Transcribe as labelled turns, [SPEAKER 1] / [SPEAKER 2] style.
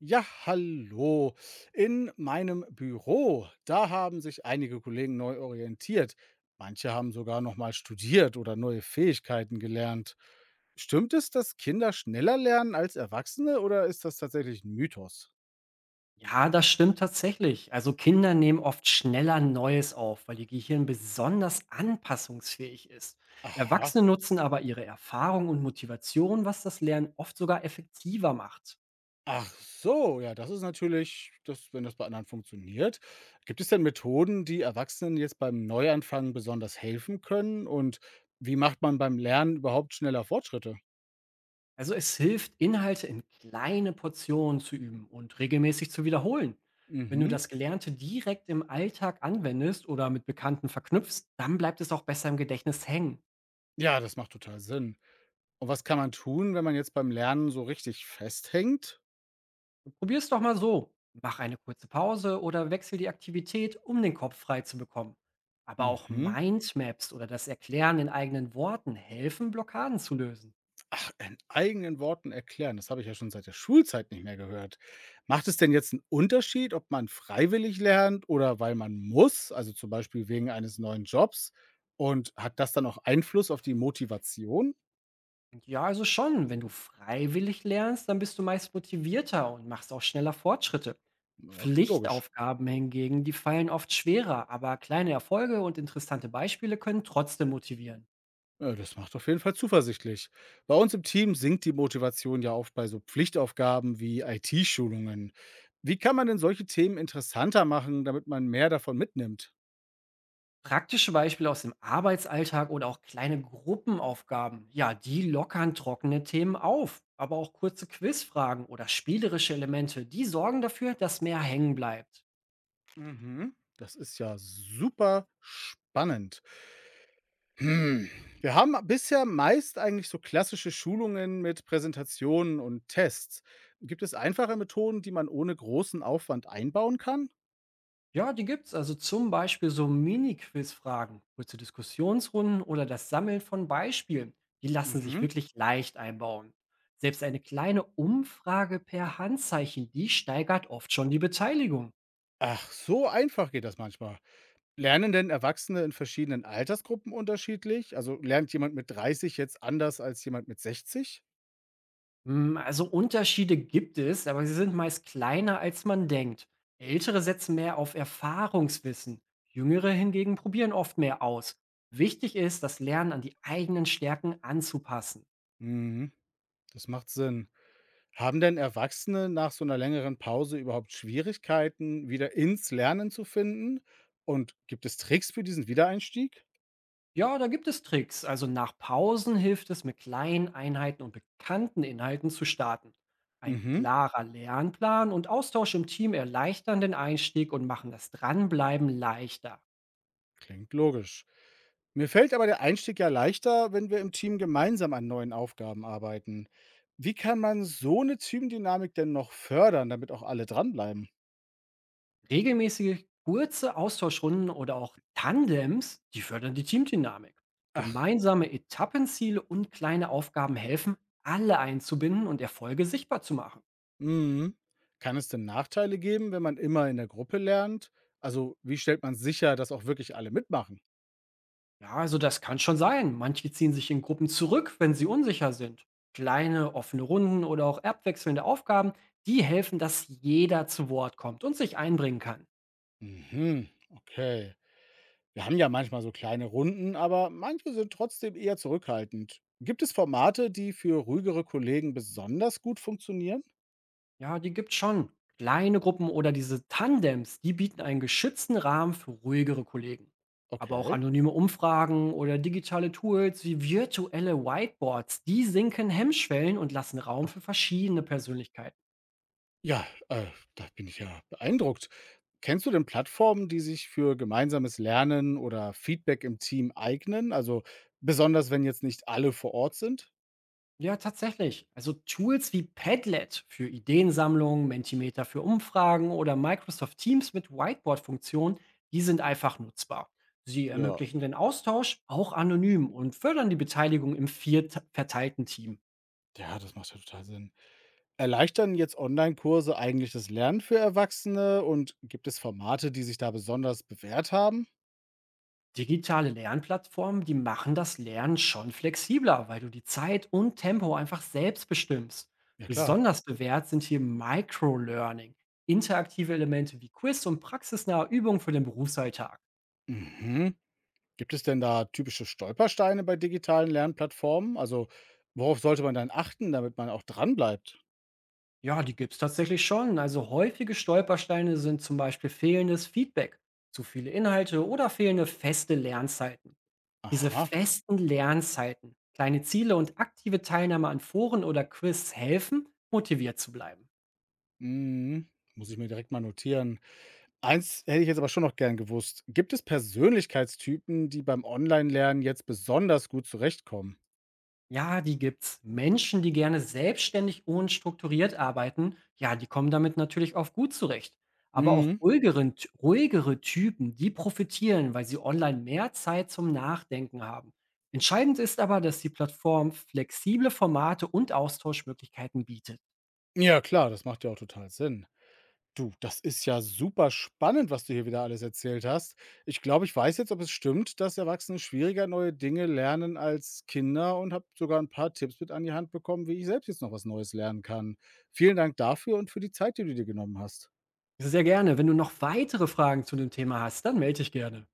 [SPEAKER 1] Ja, hallo. In meinem Büro, da haben sich einige Kollegen neu orientiert. Manche haben sogar nochmal studiert oder neue Fähigkeiten gelernt. Stimmt es, dass Kinder schneller lernen als Erwachsene oder ist das tatsächlich ein Mythos?
[SPEAKER 2] Ja, das stimmt tatsächlich. Also Kinder nehmen oft schneller Neues auf, weil ihr Gehirn besonders anpassungsfähig ist.
[SPEAKER 1] Aha.
[SPEAKER 2] Erwachsene nutzen aber ihre Erfahrung und Motivation, was das Lernen oft sogar effektiver macht.
[SPEAKER 1] Ach so, ja, das ist natürlich, das, wenn das bei anderen funktioniert. Gibt es denn Methoden, die Erwachsenen jetzt beim Neuanfang besonders helfen können? Und wie macht man beim Lernen überhaupt schneller Fortschritte?
[SPEAKER 2] Also es hilft, Inhalte in kleine Portionen zu üben und regelmäßig zu wiederholen. Wenn du
[SPEAKER 1] Mhm.
[SPEAKER 2] das Gelernte direkt im Alltag anwendest oder mit Bekannten verknüpfst, dann bleibt es auch besser im Gedächtnis hängen.
[SPEAKER 1] Ja, das macht total Sinn. Und was kann man tun, wenn man jetzt beim Lernen so richtig festhängt?
[SPEAKER 2] Probier's doch mal so. Mach eine kurze Pause oder wechsel die Aktivität, um den Kopf frei zu bekommen. Aber auch
[SPEAKER 1] Mhm.
[SPEAKER 2] Mindmaps oder das Erklären in eigenen Worten helfen, Blockaden zu lösen.
[SPEAKER 1] Ach, in eigenen Worten erklären. Das habe ich ja schon seit der Schulzeit nicht mehr gehört. Macht es denn jetzt einen Unterschied, ob man freiwillig lernt oder weil man muss, also zum Beispiel wegen eines neuen Jobs? Und hat das dann auch Einfluss auf die Motivation?
[SPEAKER 2] Und ja, also schon, wenn du freiwillig lernst, dann bist du meist motivierter und machst auch schneller Fortschritte.
[SPEAKER 1] Ja, klingt logisch.
[SPEAKER 2] Pflichtaufgaben hingegen, die fallen oft schwerer, aber kleine Erfolge und interessante Beispiele können trotzdem motivieren.
[SPEAKER 1] Ja, das macht auf jeden Fall zuversichtlich. Bei uns im Team sinkt die Motivation ja oft bei so Pflichtaufgaben wie IT-Schulungen. Wie kann man denn solche Themen interessanter machen, damit man mehr davon mitnimmt?
[SPEAKER 2] Praktische Beispiele aus dem Arbeitsalltag oder auch kleine Gruppenaufgaben, ja, die lockern trockene Themen auf. Aber auch kurze Quizfragen oder spielerische Elemente, die sorgen dafür, dass mehr hängen bleibt.
[SPEAKER 1] Mhm. Das ist ja super spannend. Hm. Wir haben bisher meist eigentlich so klassische Schulungen mit Präsentationen und Tests. Gibt es einfache Methoden, die man ohne großen Aufwand einbauen kann?
[SPEAKER 2] Ja, die gibt's. Also zum Beispiel so Mini-Quizfragen, kurze Diskussionsrunden oder das Sammeln von Beispielen. Die lassen sich
[SPEAKER 1] Mhm.
[SPEAKER 2] wirklich leicht einbauen. Selbst eine kleine Umfrage per Handzeichen, die steigert oft schon die Beteiligung.
[SPEAKER 1] Ach, so einfach geht das manchmal. Lernen denn Erwachsene in verschiedenen Altersgruppen unterschiedlich? Also, lernt jemand mit 30 jetzt anders als jemand mit 60?
[SPEAKER 2] Hm, also Unterschiede gibt es, aber sie sind meist kleiner, als man denkt. Ältere setzen mehr auf Erfahrungswissen, jüngere hingegen probieren oft mehr aus. Wichtig ist, das Lernen an die eigenen Stärken anzupassen.
[SPEAKER 1] Mhm, das macht Sinn. Haben denn Erwachsene nach so einer längeren Pause überhaupt Schwierigkeiten, wieder ins Lernen zu finden? Und gibt es Tricks für diesen Wiedereinstieg?
[SPEAKER 2] Ja, da gibt es Tricks. Also nach Pausen hilft es, mit kleinen Einheiten und bekannten Inhalten zu starten. Ein
[SPEAKER 1] Mhm,
[SPEAKER 2] klarer Lernplan und Austausch im Team erleichtern den Einstieg und machen das Dranbleiben leichter.
[SPEAKER 1] klingt logisch. Mir fällt aber der Einstieg ja leichter, wenn wir im Team gemeinsam an neuen Aufgaben arbeiten. Wie kann man so eine Teamdynamik denn noch fördern, damit auch alle dranbleiben?
[SPEAKER 2] Regelmäßige kurze Austauschrunden oder auch Tandems, die fördern die Teamdynamik. Gemeinsame Etappenziele und kleine Aufgaben helfen, alle einzubinden und Erfolge sichtbar zu machen.
[SPEAKER 1] Mhm. Kann es denn Nachteile geben, wenn man immer in der Gruppe lernt? Also, wie stellt man sicher, dass auch wirklich alle mitmachen?
[SPEAKER 2] Ja, also das kann schon sein. Manche ziehen sich in Gruppen zurück, wenn sie unsicher sind. Kleine offene Runden oder auch abwechselnde Aufgaben, die helfen, dass jeder zu Wort kommt und sich einbringen kann.
[SPEAKER 1] Mhm, okay. Wir haben ja manchmal so kleine Runden, aber manche sind trotzdem eher zurückhaltend. Gibt es Formate, die für ruhigere Kollegen besonders gut funktionieren?
[SPEAKER 2] Ja, die gibt's schon. Kleine Gruppen oder diese Tandems, die bieten einen geschützten Rahmen für ruhigere Kollegen. Aber auch
[SPEAKER 1] Okay.
[SPEAKER 2] anonyme Umfragen oder digitale Tools wie virtuelle Whiteboards, die sinken Hemmschwellen und lassen Raum
[SPEAKER 1] Ach,
[SPEAKER 2] für verschiedene Persönlichkeiten.
[SPEAKER 1] ja, da bin ich ja beeindruckt. Kennst du denn Plattformen, die sich für gemeinsames Lernen oder Feedback im Team eignen? Also besonders, wenn jetzt nicht alle vor Ort sind?
[SPEAKER 2] Ja, tatsächlich. Also Tools wie Padlet für Ideensammlung, Mentimeter für Umfragen oder Microsoft Teams mit Whiteboard-Funktion, die sind einfach nutzbar. Sie
[SPEAKER 1] Ja,
[SPEAKER 2] ermöglichen den Austausch auch anonym und fördern die Beteiligung im verteilten Team.
[SPEAKER 1] Ja, das macht ja total Sinn. Erleichtern jetzt Online-Kurse eigentlich das Lernen für Erwachsene und gibt es Formate, die sich da besonders bewährt haben?
[SPEAKER 2] Digitale Lernplattformen, die machen das Lernen schon flexibler, weil du die Zeit und Tempo einfach selbst bestimmst.
[SPEAKER 1] Ja klar.
[SPEAKER 2] Besonders bewährt sind hier Microlearning, interaktive Elemente wie Quiz und praxisnahe Übungen für den Berufsalltag.
[SPEAKER 1] Mhm. Gibt es denn da typische Stolpersteine bei digitalen Lernplattformen? Also, worauf sollte man dann achten, damit man auch dranbleibt?
[SPEAKER 2] Ja, die gibt's tatsächlich schon. Also häufige Stolpersteine sind zum Beispiel fehlendes Feedback, zu viele Inhalte oder fehlende feste Lernzeiten. Diese
[SPEAKER 1] Aha.
[SPEAKER 2] festen Lernzeiten, kleine Ziele und aktive Teilnahme an Foren oder Quiz helfen, motiviert zu bleiben.
[SPEAKER 1] Mhm. Muss ich mir direkt mal notieren. Eins hätte ich jetzt aber schon noch gern gewusst. Gibt es Persönlichkeitstypen, die beim Online-Lernen jetzt besonders gut zurechtkommen?
[SPEAKER 2] Ja, die gibt's. Menschen, die gerne selbstständig und strukturiert arbeiten, ja, die kommen damit natürlich oft gut zurecht. Aber auch
[SPEAKER 1] Mhm.
[SPEAKER 2] ruhigere Typen, die profitieren, weil sie online mehr Zeit zum Nachdenken haben. Entscheidend ist aber, dass die Plattform flexible Formate und Austauschmöglichkeiten bietet.
[SPEAKER 1] Ja, klar, das macht ja auch total Sinn. Du, das ist ja super spannend, was du hier wieder alles erzählt hast. Ich glaube, ich weiß jetzt, ob es stimmt, dass Erwachsene schwieriger neue Dinge lernen als Kinder und habe sogar ein paar Tipps mit an die Hand bekommen, wie ich selbst jetzt noch was Neues lernen kann. Vielen Dank dafür und für die Zeit, die du dir genommen hast.
[SPEAKER 2] Sehr gerne. Wenn du noch weitere Fragen zu dem Thema hast, dann melde dich gerne.